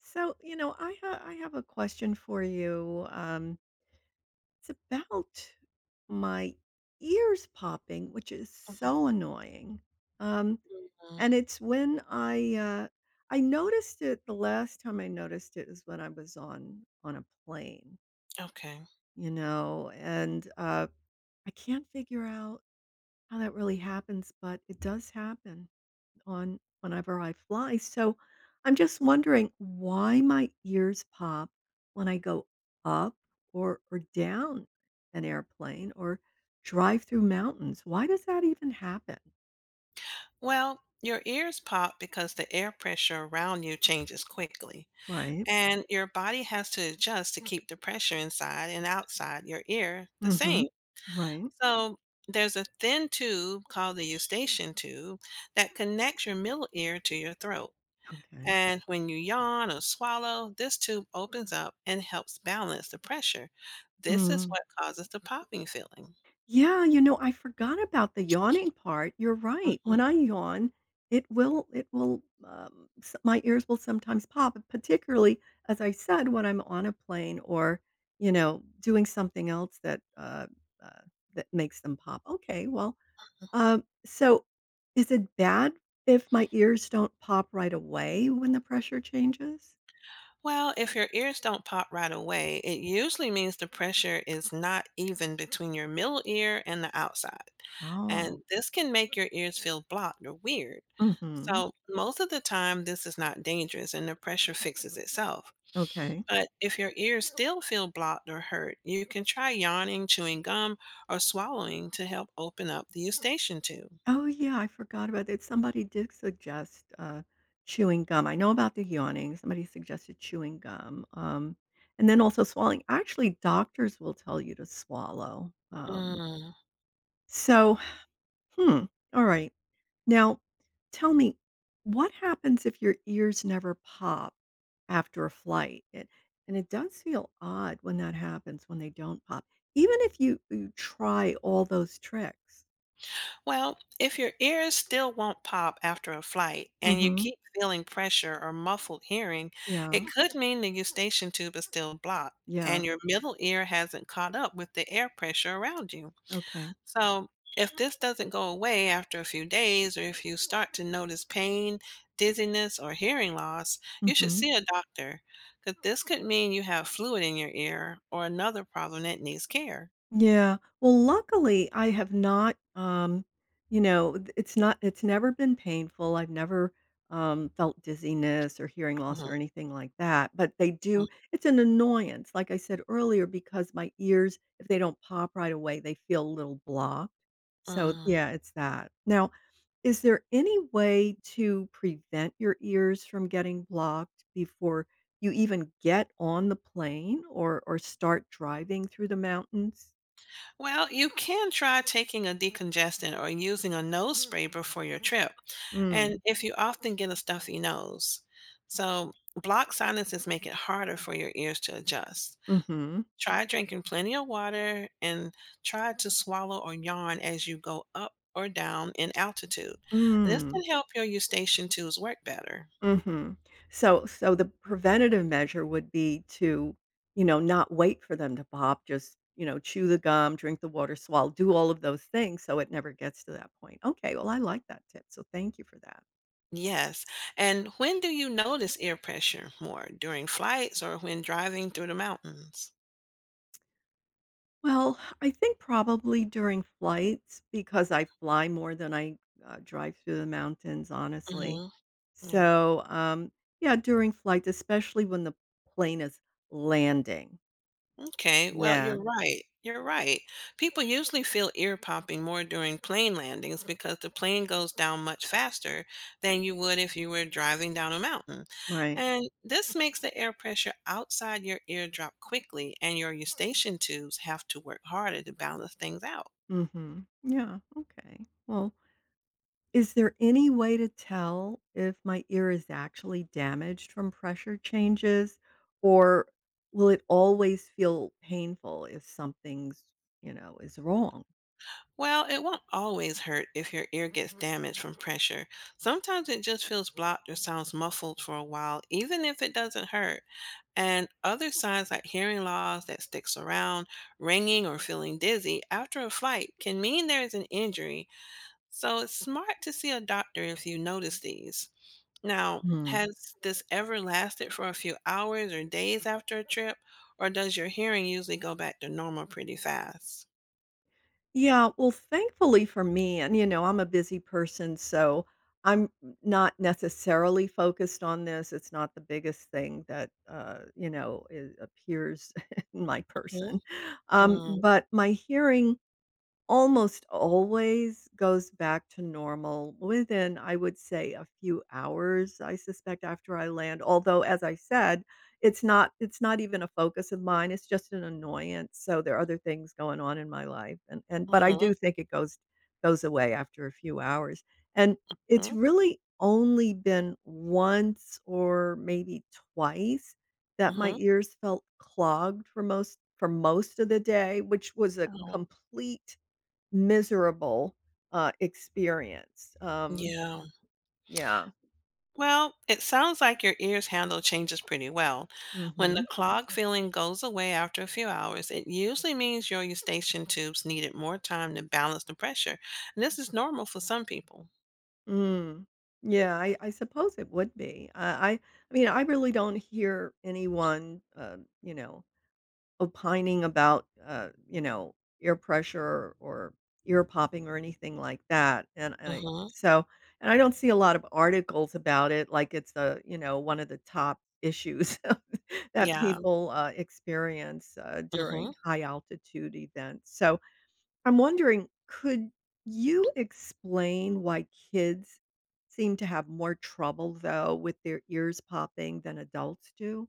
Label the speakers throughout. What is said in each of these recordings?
Speaker 1: So, you know, I have a question for you. It's about my ears popping, which is
Speaker 2: Mhm.
Speaker 1: so annoying. Um,
Speaker 2: Mhm.
Speaker 1: and it's when I noticed it is when I was on a plane,
Speaker 2: Okay.
Speaker 1: you know, and I can't figure out how that really happens, but it does happen. On whenever I fly. So I'm just wondering why my ears pop when I go up or down an airplane or drive through mountains. Why does that even happen?
Speaker 2: Well, your ears pop because the air pressure around you changes quickly,
Speaker 1: Right.
Speaker 2: and your body has to adjust to keep the pressure inside and outside your ear the same.
Speaker 1: Mm-hmm. Right.
Speaker 2: So, there's a thin tube called the eustachian tube that connects your middle ear to your throat.
Speaker 1: Okay.
Speaker 2: And when you yawn or swallow, this tube opens up and helps balance the pressure. This is
Speaker 1: Mm-hmm.
Speaker 2: what causes the popping feeling.
Speaker 1: Yeah, you know, I forgot about the yawning part. You're right. When I yawn, it will, s my ears will sometimes pop, particularly, as I said, when I'm on a plane or, you know, doing something else uh, that makes them pop. Okay, well, so is it bad if my ears don't pop right away when the pressure changes?
Speaker 2: Well, if your ears don't pop right away, it usually means the pressure is not even between your middle ear and the outside. And
Speaker 1: Oh,
Speaker 2: this can make your ears feel blocked or weird.
Speaker 1: mhm,
Speaker 2: So, most of the time, this is not dangerous and the pressure fixes itself.
Speaker 1: okay.
Speaker 2: But if your ears still feel blocked or hurt, you can try yawning, chewing gum, or swallowing to help open up the eustachian tube.
Speaker 1: Oh, yeah, I forgot about that. Somebody did suggest, chewing gum. I know about the yawning. Somebody suggested chewing gum, and then also swallowing. Actually, doctors will tell you to swallow.
Speaker 2: Mm.
Speaker 1: So, hmm, all right. Now, tell me, what happens if your ears never pop after a flight? It, and it does feel odd when that happens, when they don't pop, even if you try all those tricks.
Speaker 2: Well, if your ears still won't pop after a flight and you
Speaker 1: Hmm.
Speaker 2: keep feeling pressure or muffled hearing, it
Speaker 1: Yeah.
Speaker 2: could mean the eustachian tube is still blocked and
Speaker 1: Yeah.
Speaker 2: your middle ear hasn't caught up with the air pressure around you.
Speaker 1: Okay.
Speaker 2: So, if this doesn't go away after a few days or if you start to notice pain, dizziness, or hearing loss, you should
Speaker 1: Mhm.
Speaker 2: see a doctor because this could mean you have fluid in your ear or another problem that needs care.
Speaker 1: Yeah. Well, luckily, I have not, you know, it's never been painful. I've never felt dizziness or hearing loss
Speaker 2: Mhm.
Speaker 1: or anything like that. But they do, it's an annoyance, like I said earlier, because my ears, if they don't pop right away, they feel a little blocked. So,
Speaker 2: Mm.
Speaker 1: yeah, it's that. Now, is there any way to prevent your ears from getting blocked before you even get on the plane or start driving through the mountains?
Speaker 2: Well, you can try taking a decongestant or using a nose spray before your trip. And
Speaker 1: Mm.
Speaker 2: if you often get a stuffy nose, so blocked sinuses make it harder for your ears to adjust.
Speaker 1: Mhm.
Speaker 2: Try drinking plenty of water and try to swallow or yawn as you go up or down in altitude. And this
Speaker 1: Mm.
Speaker 2: can help your eustachian tubes work better.
Speaker 1: Mhm. So the preventative measure would be to, you know, not wait for them to pop, just, you know, chew the gum, drink the water, swallow, do all of those things so it never gets to that point. Okay, well, I like that tip, so thank you for that.
Speaker 2: Yes. And when do you notice ear pressure more? During flights or when driving through the mountains?
Speaker 1: Well, I think probably during flights because I fly more than I drive through the mountains, honestly.
Speaker 2: Hmm. Yeah.
Speaker 1: So, yeah, during flights, especially when the plane is landing.
Speaker 2: Okay, well,
Speaker 1: Yeah.
Speaker 2: you're right. You're right. People usually feel ear popping more during plane landings because the plane goes down much faster than you would if you were driving down a mountain.
Speaker 1: Right.
Speaker 2: And this makes the air pressure outside your ear drop quickly, and your eustachian tubes have to work harder to balance things out.
Speaker 1: Mhm. Yeah, okay. Well, is there any way to tell if my ear is actually damaged from pressure changes, or will it always feel painful if something's, you know, is wrong?
Speaker 2: Well, it won't always hurt if your ear gets damaged from pressure. Sometimes it just feels blocked or sounds muffled for a while, even if it doesn't hurt. And other signs like hearing loss that sticks around, ringing, or feeling dizzy after a flight can mean there is an injury. So it's smart to see a doctor if you notice these. Now,
Speaker 1: Hmm.
Speaker 2: has this ever lasted for a few hours or days after a trip, or does your hearing usually go back to normal pretty fast?
Speaker 1: Yeah, well, thankfully for me, and you know, I'm a busy person, so I'm not necessarily focused on this. It's not the biggest thing that, you know, is, appears in my person.
Speaker 2: Mm-hmm.
Speaker 1: But my hearing almost always goes back to normal within, I would say, a few hours, I suspect, after I land, although, as I said, it's not even a focus of mine, it's just an annoyance, so there are other things going on in my life, and but I do think it goes away after a few hours, and it's really only been once or maybe twice that my
Speaker 2: Mhm.
Speaker 1: ears felt clogged for most of the day, which was a
Speaker 2: Oh.
Speaker 1: complete miserable, experience,
Speaker 2: Yeah.
Speaker 1: yeah,
Speaker 2: Well, it sounds like your ear's handle changes pretty well. When the
Speaker 1: mhm,
Speaker 2: clog feeling goes away after a few hours, it usually means your eustachian tubes needed more time to balance the pressure. And this is normal for some people.
Speaker 1: mm. Yeah, I suppose it would be. I mean, I really don't hear anyone, you know, opining about, you know, ear pressure or ear popping or anything like that, and and I
Speaker 2: Mhm.
Speaker 1: so and I don't see a lot of articles about it, like it's the, you know, one of the top issues that
Speaker 2: Yeah.
Speaker 1: people, experience,
Speaker 2: Mhm.
Speaker 1: during high altitude events, so I'm wondering, could you explain why kids seem to have more trouble, though, with their ears popping than adults do?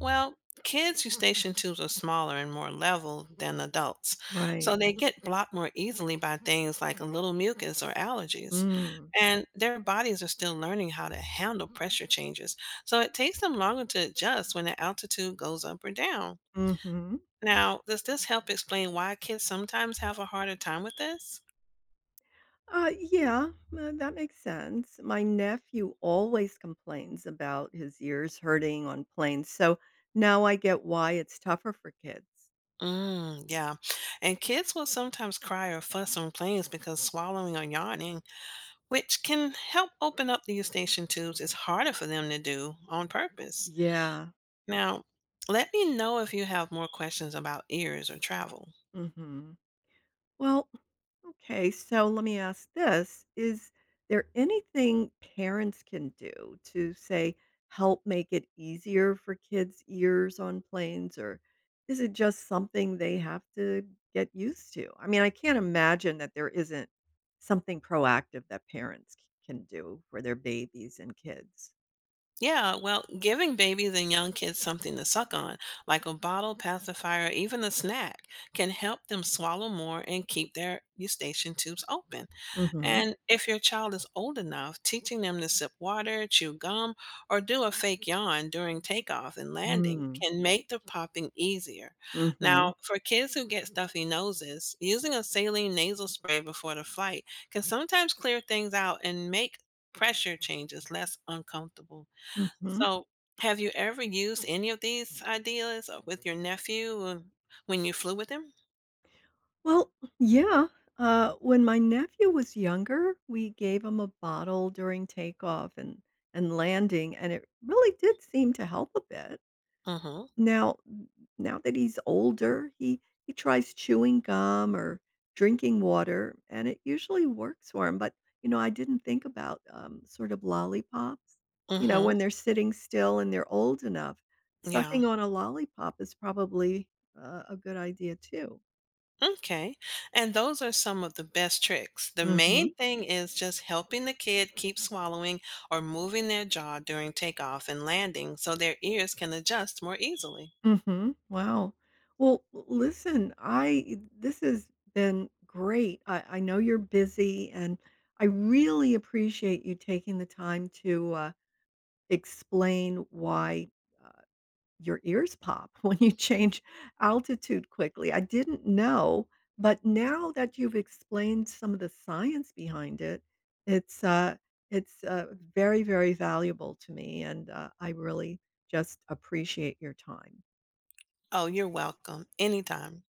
Speaker 2: Well, kids use station tubes are smaller and more level than adults, so
Speaker 1: Right.
Speaker 2: they get blocked more easily by things like a little mucus or allergies.
Speaker 1: Mm.
Speaker 2: And their bodies are still learning how to handle pressure changes, so it takes them longer to adjust when the altitude goes up or down.
Speaker 1: Mhm.
Speaker 2: Now, does this help explain why kids sometimes have a harder time with this?
Speaker 1: Yeah, that makes sense. My nephew always complains about his ears hurting on planes, so now I get why it's tougher for kids.
Speaker 2: Mm, yeah. And kids will sometimes cry or fuss on planes because swallowing or yawning, which can help open up the eustachian tubes, it's harder for them to do on purpose.
Speaker 1: Yeah.
Speaker 2: Now, let me know if you have more questions about ears or travel.
Speaker 1: Hmm. Well, okay, so let me ask this. Is there anything parents can do to, say, help make it easier for kids' ears on planes, or is it just something they have to get used to? I mean, I can't imagine that there isn't something proactive that parents can do for their babies and kids.
Speaker 2: Yeah, well, giving babies and young kids something to suck on, like a bottle, pacifier, or even a snack, can help them swallow more and keep their eustachian tubes open.
Speaker 1: Mm-hmm.
Speaker 2: And if your child is old enough, teaching them to sip water, chew gum, or do a fake yawn during takeoff and landing
Speaker 1: Mm-hmm.
Speaker 2: can make the popping easier. Now, for kids who get stuffy noses, using a saline nasal spray before the flight can sometimes clear things out and make pressure changes less uncomfortable.
Speaker 1: Mm-hmm.
Speaker 2: So, have you ever used any of these ideas with your nephew when you flew with him?
Speaker 1: Well, yeah. When my nephew was younger, we gave him a bottle during takeoff and landing, and it really did seem to help a bit.
Speaker 2: Mm-hmm.
Speaker 1: Now, that he's older, he tries chewing gum or drinking water, and it usually works for him. But you know, I didn't think about sort of lollipops. You know,
Speaker 2: Mm-hmm.
Speaker 1: when they're sitting still and they're old enough,
Speaker 2: Yeah.
Speaker 1: sucking on a lollipop is probably a good idea too.
Speaker 2: Okay. And those are some of the best tricks. The main
Speaker 1: Mm-hmm.
Speaker 2: thing is just helping the kid keep swallowing or moving their jaw during takeoff and landing so their ears can adjust more easily.
Speaker 1: Mhm. Wow. Well, l listen, I this has been great. I know you're busy, and I really appreciate you taking the time to, explain why, uh, your ears pop when you change altitude quickly. I didn't know, but now that you've explained some of the science behind it, it's, uh it's, very, very valuable to me, and, I really just appreciate your time.
Speaker 2: Oh, you're welcome. Anytime.